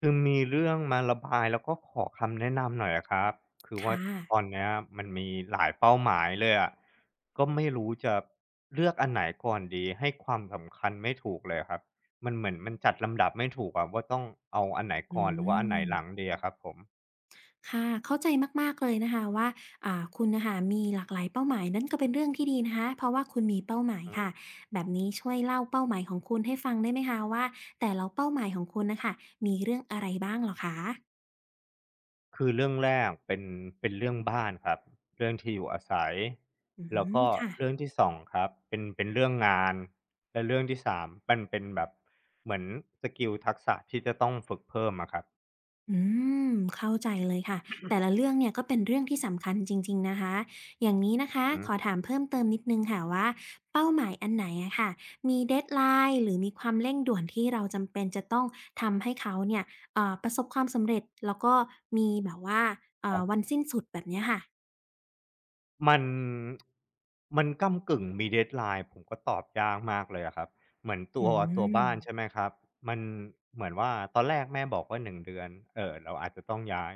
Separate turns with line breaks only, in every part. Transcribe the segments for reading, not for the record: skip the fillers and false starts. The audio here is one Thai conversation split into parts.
คือมีเรื่องมาระบายแล้วก็ขอคำแนะนำหน่อยอะครับคือว่า
ค่ะ
ตอนเนี้ยมันมีหลายเป้าหมายเลยอะก็ไม่รู้จะเลือกอันไหนก่อนดีให้ความสำคัญไม่ถูกเลยครับมันเหมือนมันจัดลำดับไม่ถูกอะว่าต้องเอาอันไหน
อื
ก่อนหรือว่าอันไหนหลัง
ม
ดีอะครับผ
ค่ะเข้าใจมากๆเลยนะคะว่าคุณน่ะค่ะมีหลากหลายเป้าหมายนั่นก็เป็นเรื่องที่ดีนะคะเพราะว่าคุณมีเป้าหมายค่ะ
ม
แบบนี้ช่วยเล่าเป้าหมายของคุณให้ฟังได้ไหมคะว่าแต่ละเป้าหมายของคุณน่ะค่ะมีเรื่องอะไรบ้างเหรอคะ
คือเรื่องแรกเป็นเรื่องบ้านครับเรื่องที่อยู่อาศัย
อื
แล้ว
ม
ก็
ค่ะ
เรื่องที่สองครับเป็นเรื่องงานและเรื่องที่3มมันเป็นแบบเหมือนสกิลทักษะที่จะต้องฝึกเพิ่มอะครับ
อืมเข้าใจเลยค่ะแต่ละเรื่องเนี่ยก็เป็นเรื่องที่สำคัญจริงๆนะคะอย่างนี้นะ
อือ
คะ
ฮึ
ขอถามเพิ่มเติมนิดนึงค่ะว่าเป้าหมายอันไหนอะค่ะมีเดดไลน์หรือมีความเร่งด่วนที่เราจำเป็นจะต้องทำให้เขาเนี่ยประสบความสำเร็จแล้วก็มีแบบว่า
ครั
วั
บ
นสิ้นสุดแบบเนี้ยค่ะ
มันมันก้ำกึ่งมี deadline ผมก็ตอบยากมากเลยอะครับเหมือนตั
อื
วตัว
ม
บ้านใช่ไหมครับมันเหมือนว่าตอนแรกแม่บอกว่า1เดือนเราอาจจะต้องย้าย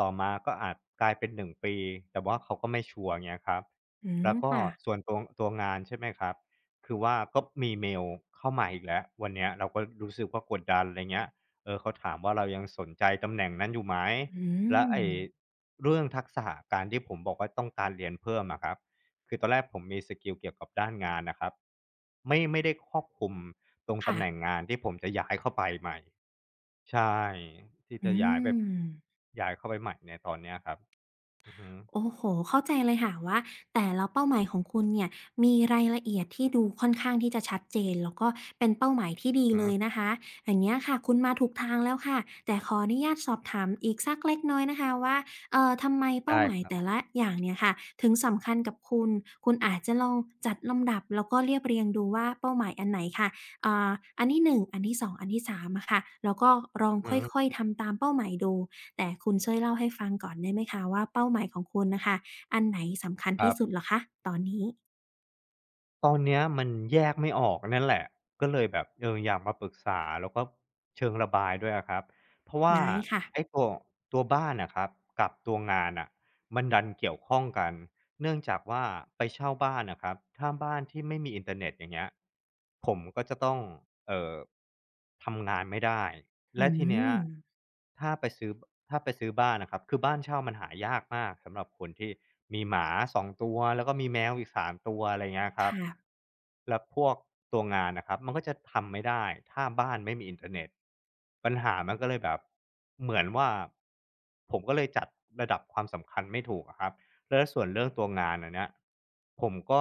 ต่อมาก็อาจกลายเป็น1ปีแต่ว่าเขาก็ไม่ชัวร์เงี้ยครับ
อืม
แล้วก็
ค่ะ
ส่วนตัวตัวงานใช่ไหมครับคือว่าก็มีเมลเข้ามาอีกแล้ววันเนี้ยเราก็รู้สึกว่ากดดันอะไรเงี้ยเออเขาถามว่าเรายังสนใจตำแหน่งนั้นอยู่ไหม
อื
แล้ว
ม
ไอ้เรื่องทักษะการที่ผมบอกว่าต้องการเรียนเพิ่มอะครับคือตอนแรกผมมีสกิลเกี่ยวกับด้านงานนะครับไม่ได้ครอบคลุมตรงตำแหน่ง
ค่ะ
งานที่ผมจะย้ายเข้าไปใหม่ใช่ที่จะ
อื
ย้ายไป
ม
ย้ายเข้าไปใหม่ในตอนเนี้ยครับอือฮึ
โอ้โฮเข้าใจเลยค่ะว่าแต่ละเป้าหมายของคุณเนี่ยมีรายละเอียดที่ดูค่อนข้างที่จะชัดเจนแล้วก็เป็นเป้าหมายที่ดี
อือ
เล
ฮึ
ยนะคะอย่างเงี้ยค่ะคุณมาถูกทางแล้วค่ะแต่ขออนุญาตสอบถามอีกสักเล็กน้อยนะคะว่าทำไมเป้า
ได้
หมา
ค
ย
รับ
แต่ละอย่างเนี่ยค่ะถึงสำคัญกับคุณคุณอาจจะลองจัดลำดับแล้วก็เรียบเรียงดูว่าเป้าหมายอันไหนค่ะอ่าอันที่หนึ่งอันที่สองอันที่3อะค่ะแล้วก็ลอง
อือ
ค่
ฮึ
อยๆทำตามเป้าหมายดู แต่คุณช่วยเล่าให้ฟังก่อนได้ไหมคะว่าเป้าหมายของคุณน่ะค่ะอันไหนสำคัญ
ครั
ที่สุด
บ
เหรอคะตอนนี้
ตอนเนี้ยมันแยกไม่ออกนั่นแหละก็เลยแบบเอออยากมาปรึกษาแล้วก็เชิงระบายด้วยอะครับเพราะว่า
ได้ค่ะ
ไอ้ตัวบ้านอะครับกับตัวงานน่ะมันดันเกี่ยวข้องกัน เนื่องจากว่าไปเช่าบ้านนะครับถ้าบ้านที่ไม่มีอินเทอร์เน็ตอย่างเงี้ยผมก็จะต้องเอ่อทำงานไม่ได้
อื
และทีเนี้ย
ม
ถ้าไปซื้อถ้าไปซื้อบ้านนะครับคือบ้านเช่ามันหายากมากสำหรับคนที่มีหมาสองตัวแล้วก็มีแมวอีกสามตัวอะไรเงี้ยครับ
ค่ะ
แล้วพวกตัวงานนะครับมันก็จะทำไม่ได้ถ้าบ้านไม่มีอินเทอร์เน็ตปัญหามันก็เลยแบบเหมือนว่าผมก็เลยจัดระดับความสำคัญไม่ถูกอะครับ แล้วส่วนเรื่องตัวงานอันเนี้ยผมก็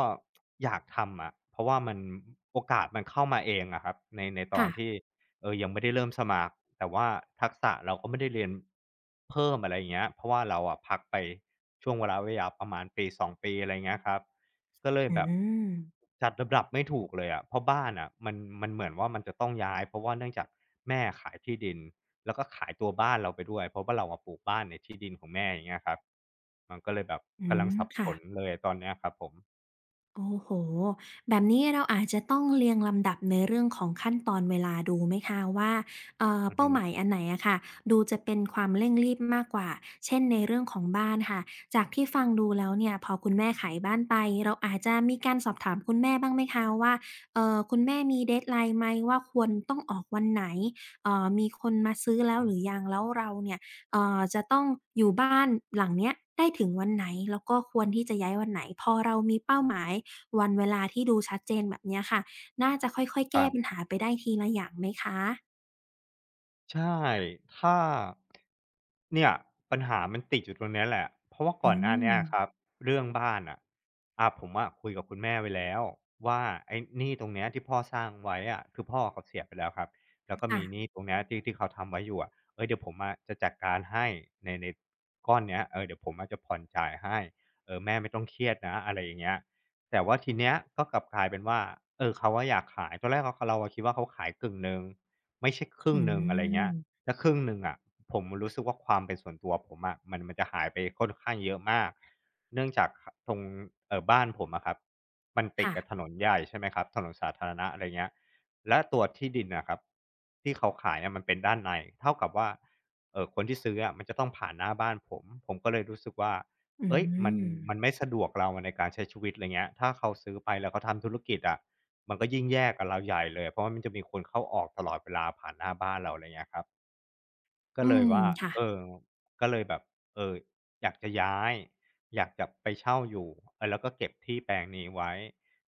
อยากทำอะเพราะว่ามันโอกาสมันเข้ามาเองอะครับในตอ
ค่ะ
นที่เออยังไม่ได้เริ่มสมัครแต่ว่าทักษะเราก็ไม่ได้เรียนเพิ่มอะไรอย่างเงี้ยเพราะว่าเราอะพักไปช่วงเวลาระยะประมาณปสอ2ปีอะไรเงี้ยครับ ก็เลย
อื
แบบ
ม
จัดลำดับไม่ถูกเลยอะเพราะบ้านอะมันเหมือนว่ามันจะต้องย้ายเพราะว่าเนื่องจากแม่ขายที่ดินแล้วก็ขายตัวบ้านเราไปด้วยเพราะว่าเราอะปลูกบ้านในที่ดินของแม่อย่างเงี้ยครับมันก็เลยแบบ
อื
กำลั
ม
งสับส
ค่ะ
นเลยตอนเนี้ยครับผม
โอ้โหแบบนี้เราอาจจะต้องเรียงลำดับในเรื่องของขั้นตอนเวลาดูไหมคะว่า
อือ
เป้า
ฮึ
หมายอันไหนอะค่ะดูจะเป็นความเร่งรีบมากกว่า เช่นในเรื่องของบ้านค่ะจากที่ฟังดูแล้วเนี่ยพอคุณแม่ขายบ้านไปเราอาจจะมีการสอบถามคุณแม่บ้างไหมคะว่าคุณแม่มี deadline ไหมว่าควรต้องออกวันไหนมีคนมาซื้อแล้วหรือยังแล้วเราเนี่ยจะต้องอยู่บ้านหลังเนี้ยได้ถึงวันไหนแล้วก็ควรที่จะย้ายวันไหนพอเรามีเป้าหมาย วันเวลาที่ดูชัดเจนแบบเนี้ยค่ะ น่าจะค่อยๆ
ค
แก้
รั
ปัญ
บ
หาไปได้ทีละอย่างไหมคะ
ใช่ถ้าเนี่ยปัญหามันติดอยู่ตรงเนี้ยแหละเพราะว่า
อื
ก่อนหน้า
ม
เนี้ยครับเรื่องบ้านอะผมอะคุยกับคุณแม่ไว้แล้วว่าไอ้หนี้ตรงเนี้ยที่พ่อสร้างไว้อะคือพ่อเขาเสียไปแล้วครับแล้วก็มีห
ค่ะ
นี้ตรงเนี้ยที่เขาทำไว้อยู่อะเฮ้ยเดี๋ยวผมอะจะจัดการให้ในก้อนเนี้ยเออเดี๋ยวผมอะจะผ่อนจ่ายให้เออแม่ไม่ต้องเครียดนะอะไรอย่างเงี้ยแต่ว่าทีเนี้ยก็กลับกลายเป็นว่าเออเขาอะอยากขายตอนแรกอะคเราอะคิดว่าเขาขายกึ่งหนึ่ง ไม่ใช่ครึ่
อื
งหนึ่งอะไรเงี้ย
ม
ถ้าครึ่งหนึ่งอะผมรู้สึกว่าความเป็นส่วนตัวผมอะมันจะหายไปค่อนข้างเยอะมากเนื่องจากตรงเออบ้านผมอะครับมันติด
ค่ะ
กับถนนใหญ่ใช่ไหมครับถนนสาธารณะอะไรเงี้ยและตัวที่ดินอะครับที่เขาขายเนี่ยมันเป็นด้านในเท่ากับว่าเออคนที่ซื้ออะมันจะต้องผ่านหน้าบ้านผมผมก็เลยรู้สึกว่า
อื
เอ้ยมัน
ม
มันไม่สะดวกเราในการใช้ชีวิตอะไรเงี้ยถ้าเขาซื้อไปแล้วเขาทำธุรกิจอะ มันก็ยิ่งแย่กับเราใหญ่เลยเพราะว่ามันจะมีคนเข้าออกตลอดเวลาผ่านหน้าบ้านเราอะไรเงี้ยครับก็
อื
เลย
ม
ว่า
ค่ะ
เออก็เลยแบบเอออยากจะย้ายอยากจะไปเช่าอยู่แล้วก็เก็บที่แปลงนี้ไว้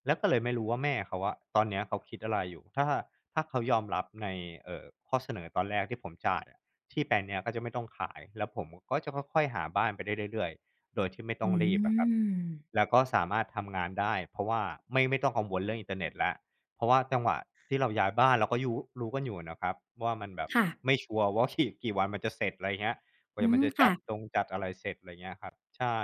แล้วก็เลยไม่รู้ว่าแม่เขาอะตอนเนี้ยเขาคิดอะไรอยู่ถ้าเขายอมรับในข้อเสนอตอนแรกที่ผมจ่ายอะที่แปลงเนี้ยก็จะไม่ต้องขายแล้วผมก็จะค่อยๆหาบ้านไปได้เรื่อยๆโดยที่ไม่ต้อง
อื
รีบอะครับ
ม
แล้วก็สามารถทำงานได้เพราะว่าไม่ต้องกังวลเรื่องอินเทอร์เน็ตแล้ว เพราะว่าจังหวะที่เราย้ายบ้านเราก็ยู้รู้กันอยู่นะครับว่ามันแบบ
ค่ะ
ไม่ชัวร์ว่ากี่ กี่วันมันจะเสร็จอะไรเงี้ยก
อื
ว่ามัน
ม
จะ
ค่ะ
จัดตรงจัดอะไรเสร็จอะไรเงี้ยครับใช่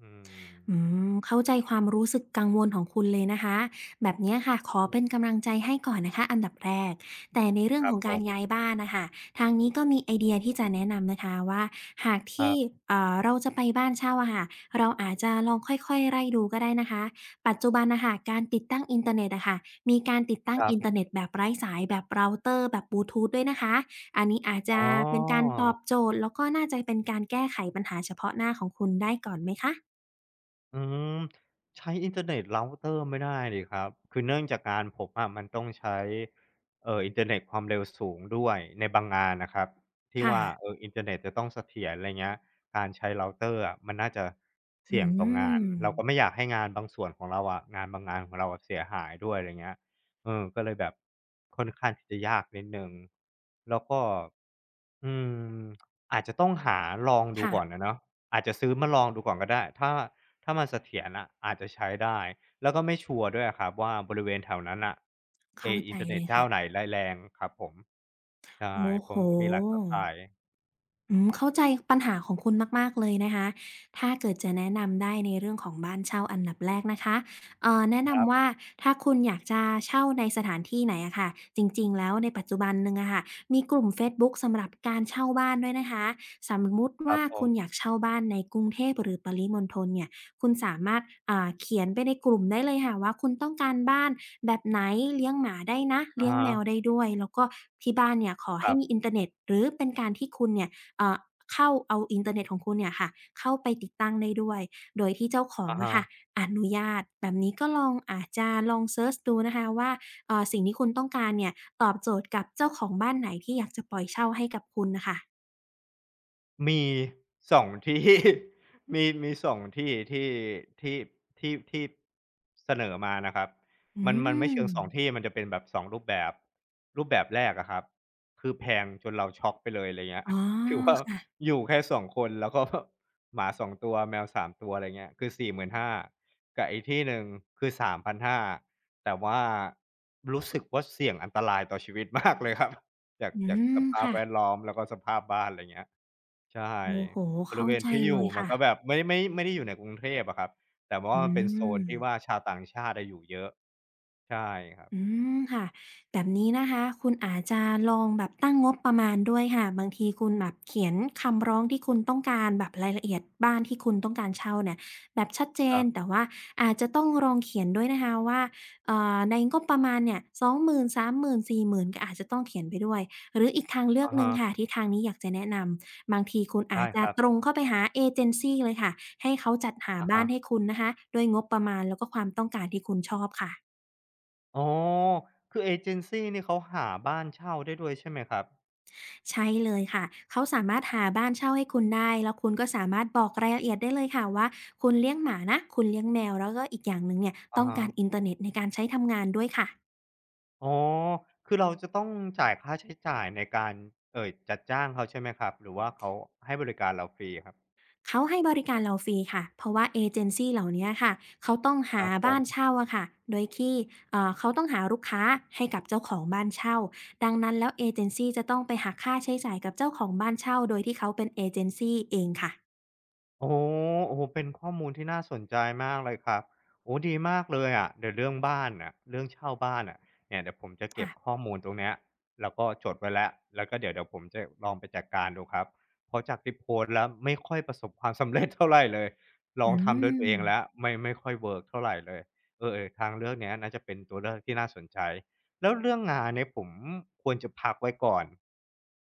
อืม
อืมเข้าใจความรู้สึกกังวลของคุณเลยนะคะแบบเนี้ยค่ะขอ
อื
เป็
ม
นกำลังใจให้ก่อนนะคะอันดับแรกแต่ในเรื่อ
ค
ง
รั
ข
บ
อง
ผ
การ
ม
ย้ายบ้านนะคะทางนี้ก็มีไอเดียที่จะแนะนำนะคะว่าหากที่
ค
เราจะไปบ้านเช่าอะค่ะเราอาจจะลองค่อยๆไล่ดูก็ได้นะคะปัจจุบันนะคะการติดตั้งอินเทอร์เน็ตอะค่ะมีการติดตั้ง
รับ
อินเทอร์เน็ตแบบไร้สายแบบเราเตอร์แบบบลูทูธด้วยนะคะอันนี้อาจ
ๆ
จะ
อ๋อ
เป็นการตอบโจทย์แล้วก็น่าจะเป็นการแก้ไขปัญหาเฉพาะหน้าของคุณได้ก่อนไหมคะ
อืมใช้อินเทอร์เน็ตเราเตอร์ไม่ได้ดิครับคือเนื่องจากงานผมอะมันต้องใช้อินเทอร์เน็ตความเร็วสูงด้วยในบางงานนะครับที่
ค่ะ
ว่าอินเทอร์เน็ตจะต้องเสถียรอะไรเงี้ยการใช้เราเตอร์อะมันน่าจะ
อื
เสี่ยงต่องาน
ม
เราก็ไม่อยากให้งานบางส่วนของเราอะงานบางงานของเราอะเสียหายด้วยอะไรเงี้ยก็เลยแบบค่อนข้างที่จะยากนิดหนึ่งแล้วก็ อืมอาจจะต้องหาลองดู
ค่ะ
ก่อนนะเนาะอาจจะซื้อมาลองดูก่อนก็ได้ถ้ามันเสถียรอะอาจจะใช้ได้แล้วก็ไม่ชัวร์ด้วยอะครับว่าบริเวณแถวนั้นน่ะไอ้
เข้าใจ
อินเทอร์เน็
เล
ต
ย
เจ้า
ค่ะ
ไหนร้ายแรงครับผมใช่
โอ้
เพ
โฮ
ราะมันก็มีหลายเครือข่าย
อืมเข้าใจปัญหาของคุณมากๆเลยนะคะถ้าเกิดจะแนะนำได้ในเรื่องของบ้านเช่าอันดับแรกนะคะแนะ
ครั
นำว่า
บ
ถ้าคุณอยากจะเช่าในสถานที่ไหนอะค่ะ จริงๆ แล้วในปัจจุบันหนึ่งอะค่ะ มีกลุ่มเฟซบุ๊กสำหรับการเช่าบ้านด้วยนะคะสมมุติ
ครั
ว่า
บผ
คุณอ
ม
ยากเช่าบ้านในกรุงเทพหรือปริมณฑลเนี่ย คุณสามารถเขียนไปในกลุ่มได้เลยค่ะว่าคุณต้องการบ้านแบบไหนเลี้ยงหมาได้นะ
อะ
เลี้ยง
ฮะ
แมวได้ด้วยแล้วก็ที่บ้านเนี่ยขอ
ค
ให้
รั
มีอิน
บ
เทอร์เน็ตหรือเป็นการที่คุณเนี่ย เอ่อเข้าเอาอินเทอร์เน็ตของคุณเนี่ยค่ะเข้าไปติดตั้งได้ด้วยโดยที่เจ้าของ
อะ
อะ
ฮะ
ค่ะอนุญาตแบบนี้ก็ลองอาจจะลองเซิร์ชดูนะคะว่าสิ่งที่คุณต้องการเนี่ยตอบโจทย์กับเจ้าของบ้านไหนที่อยากจะปล่อยเช่าให้กับคุณน่ะค่ะ
มีสองที่ มีมี2ที่ที่ที่ที่ที่เสนอมานะครับ
อื
มันไม่
ม
เชิงสองที่มันจะเป็นแบบสองรูปแบบรูปแบบแรกอะครับคือแพงจนเราช็อกไปเลยอะไรเงี้ย
อ๋อ
คือว่า
ค่ะ
อยู่แค่สองคนแล้วก็หมาสองตัวแมวสามตัวอะไรเงี้ยคือ45,000กับอีกที่หนึ่งคือ3,500แต่ว่ารู้สึกว่าเสี่ยงอันตรายต่อชีวิตมากเลยครับ
อื
จากส
ม
ภาพ
ค่ะ
แวดล้อมแล้วก็สภาพบ้านอะไรเงี้ยใช่
โอ้โฮ
บริ
เข้า
เวณ
ใจ
ที่อ
เล
ยู่
ย
มัน
ค่ะ
ก็แบบไม่ได้อยู่ในกรุงเทพอะครับแต่ว่า
อื
มันเป็นโซน
ม
ที่ว่าชาวต่างชาติอะอยู่เยอะใช่ครับ
อืมค่ะแบบนี้นะคะคุณอาจจะลองแบบตั้งงบประมาณด้วยค่ะบางทีคุณแบบเขียนคำร้องที่คุณต้องการแบบรายละเอียดบ้านที่คุณต้องการเช่าเนี่ยแบบชัดเจ
ค
น
รั
แต่
บ
ว่าอาจจะต้องลองเขียนด้วยนะคะว่าในงบประมาณเนี่ย2 0หมื3 0ส0่4 0ื่นก็อาจจะต้องเขียนไปด้วยหรืออีกทางเลือก
อะ
หนึ่งค่ะ
ฮะ
ที่ทางนี้อยากจะแนะนำบางทีคุณอา
ใช่
จ
ค
จะ
รับ
ตรงเข้าไปหาเอเจนซีเลยค่ะให้เขาจัดหา
อะ
บ้า
ฮะ
นให้คุณนะคะด้วยงบประมาณแล้วก็ความต้องการที่คุณชอบค่ะ
อ๋อคือเอเจนซีนี่เขาหาบ้านเช่าได้ด้วยใช่ไหมครับ
ใช่เลยค่ะเขาสามารถหาบ้านเช่าให้คุณได้ แล้วคุณก็สามารถบอกรายละเอียดได้เลยค่ะว่าคุณเลี้ยงหมานะ คุณเลี้ยงแมว แล้วก็อีกอย่างหนึ่งเนี่ย
อะ
ต้อง
ฮะ
การอินเทอร์เน็ตในการใช้ทำงานด้วยค่ะ
อ๋อคือเราจะต้องจ่ายค่าใช้จ่ายในการจัดจ้างเขาใช่ไหมครับหรือว่าเขาให้บริการเราฟรีครับ
เขาให้บริการเราฟรีค่ะ เพราะว่าเอเจนซีเหล่าเนี้ยค่ะเขาต้อง
ค
หา
รับผ
บ้า
ม
นเช่าอะค่ะโดยที่เขาต้องหาลูกค้าให้กับเจ้าของบ้านเช่าดังนั้นแล้วเอเจนซีจะต้องไปหักค่าใช้จ่ายกับเจ้าของบ้านเช่าโดยที่เขาเป็นเอเจนซีเองค่ะ
โอ๋โอ้โฮเป็นข้อมูลที่น่าสนใจมากเลยครับโอ้ดีมากเลยอะเดี๋ยวเรื่องบ้านน่ะเรื่องเช่าบ้านน่ะเนี่ยเดี๋ยวผมจะเก็
ค่ะ
บข้อมูลตรงเนี้ยแล้วก็จดไว้แล้วแล้วก็เดี๋ยวผมจะลองไปจัดการดูครับเพราะจากที่โพสต์แล้วไม่ค่อยประสบความสำเร็จเท่าไรเลยล
อื
องทำด้วย
ม
ตัวเองแล้วไม่ค่อยเวิร์กเท่าไรเลยเออๆทางเลือกเนี้ยน่าจะเป็นตัวเลือกที่น่าสนใจ แล้วเรื่องงานเนี่ยผมควรจะพักไว้ก่อน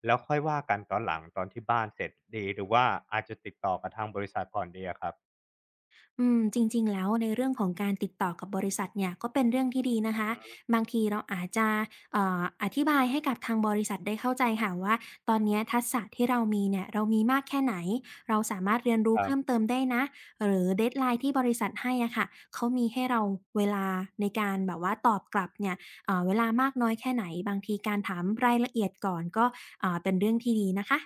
แล้วค่อยว่ากันตอนหลังตอนที่บ้านเสร็จดีหรือว่าอาจจะติดต่อกับทางบริษัทก่อนดีอะครับ
อืมจริงๆแล้วในเรื่องของการติดต่อกับบริษัทเนี่ยก็เป็นเรื่องที่ดีนะคะบางทีเราอาจจะอธิบายให้กับทางบริษัทได้เข้าใจค่ะว่าตอนเนี้ยทักษะที่เรามีเนี่ยเรามีมากแค่ไหนเราสามารถเรียนรู้
ครั
เพิ่ม
บ
เติมได้นะหรือ deadline ที่บริษัทให้อะค่ะเขามีให้เราเวลาในการแบบว่าตอบกลับเนี่ยเวลามากน้อยแค่ไหนบางทีการถามรายละเอียดก่อนก็อ่าเป็นเรื่องที่ดีนะคะ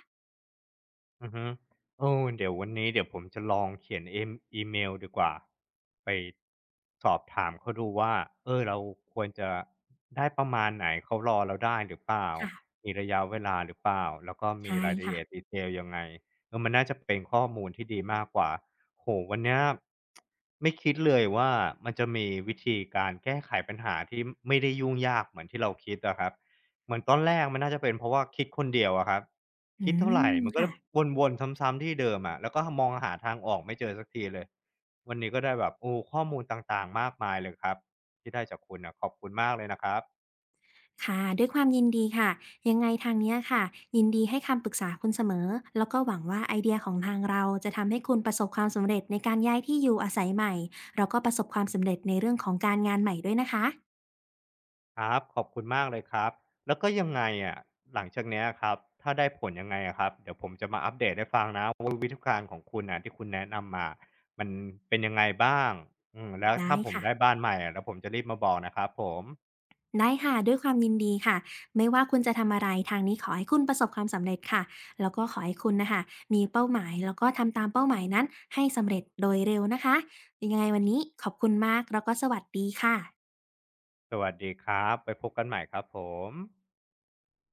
อือฮึเดี๋ยววันนี้เดี๋ยวผมจะลองเขียนเอมอีเมลดีกว่าไปสอบถามเขาดูว่าเราควรจะได้ประมาณไหนเขารอเราได้หรือเปล่า
ค่ะ
มีระยะเวลาหรือเปล่าแล้วก็มี
ใช่
รายละ
ค่ะ
เอียด detail ยังไงมันน่าจะเป็นข้อมูลที่ดีมากกว่าโอ้โฮวันเนี้ยไม่คิดเลยว่ามันจะมีวิธีการแก้ไขปัญหาที่ไม่ได้ยุ่งยากเหมือนที่เราคิดอะครับเหมือนตอนแรกมันน่าจะเป็นเพราะว่าคิดคนเดียวอะครับ
อื
คิดเท่าไร
ม
มันก็
ค่ะ
วนๆซ้ำๆที่เดิมอะแล้วก็มองหาทางออกไม่เจอสักทีเลยวันนี้ก็ได้แบบโอ้ข้อมูลต่างๆมากมายเลยครับที่ได้จากคุณน่ะขอบคุณมากเลยนะครับ
ค่ะด้วยความยินดีค่ะยังไงทางเนี้ยค่ะยินดีให้คำปรึกษาคุณเสมอแล้วก็หวังว่าไอเดียของทางเราจะทำให้คุณประสบความสำเร็จในการย้ายที่อยู่อาศัยใหม่แล้วก็ประสบความสำเร็จในเรื่องของการงานใหม่ด้วยนะคะ
ครับขอบคุณมากเลยครับแล้วก็ยังไงอะหลังจากเนี้ยครับถ้าได้ผลยังไงอะครับเดี๋ยวผมจะมาอัปเดตให้ฟังนะว่าวิธีการของคุณน่ะที่คุณแนะนำมามันเป็นยังไงบ้างอืมแล้ว
ได้
ถ้าผม
ค่ะ
ได้บ้านใหม่อะเดี๋ยวผมจะรีบมาบอกนะครับผม
ได้ค่ะด้วยความยินดีค่ะไม่ว่าคุณจะทำอะไรทางนี้ขอให้คุณประสบความสำเร็จค่ะแล้วก็ขอให้คุณนะคะมีเป้าหมายแล้วก็ทำตามเป้าหมายนั้นให้สำเร็จโดยเร็วนะคะยังไงวันนี้ขอบคุณมากแล้วก็สวัสดีค่ะ
สวัสดีครับไว้พบกันใหม่ครับผม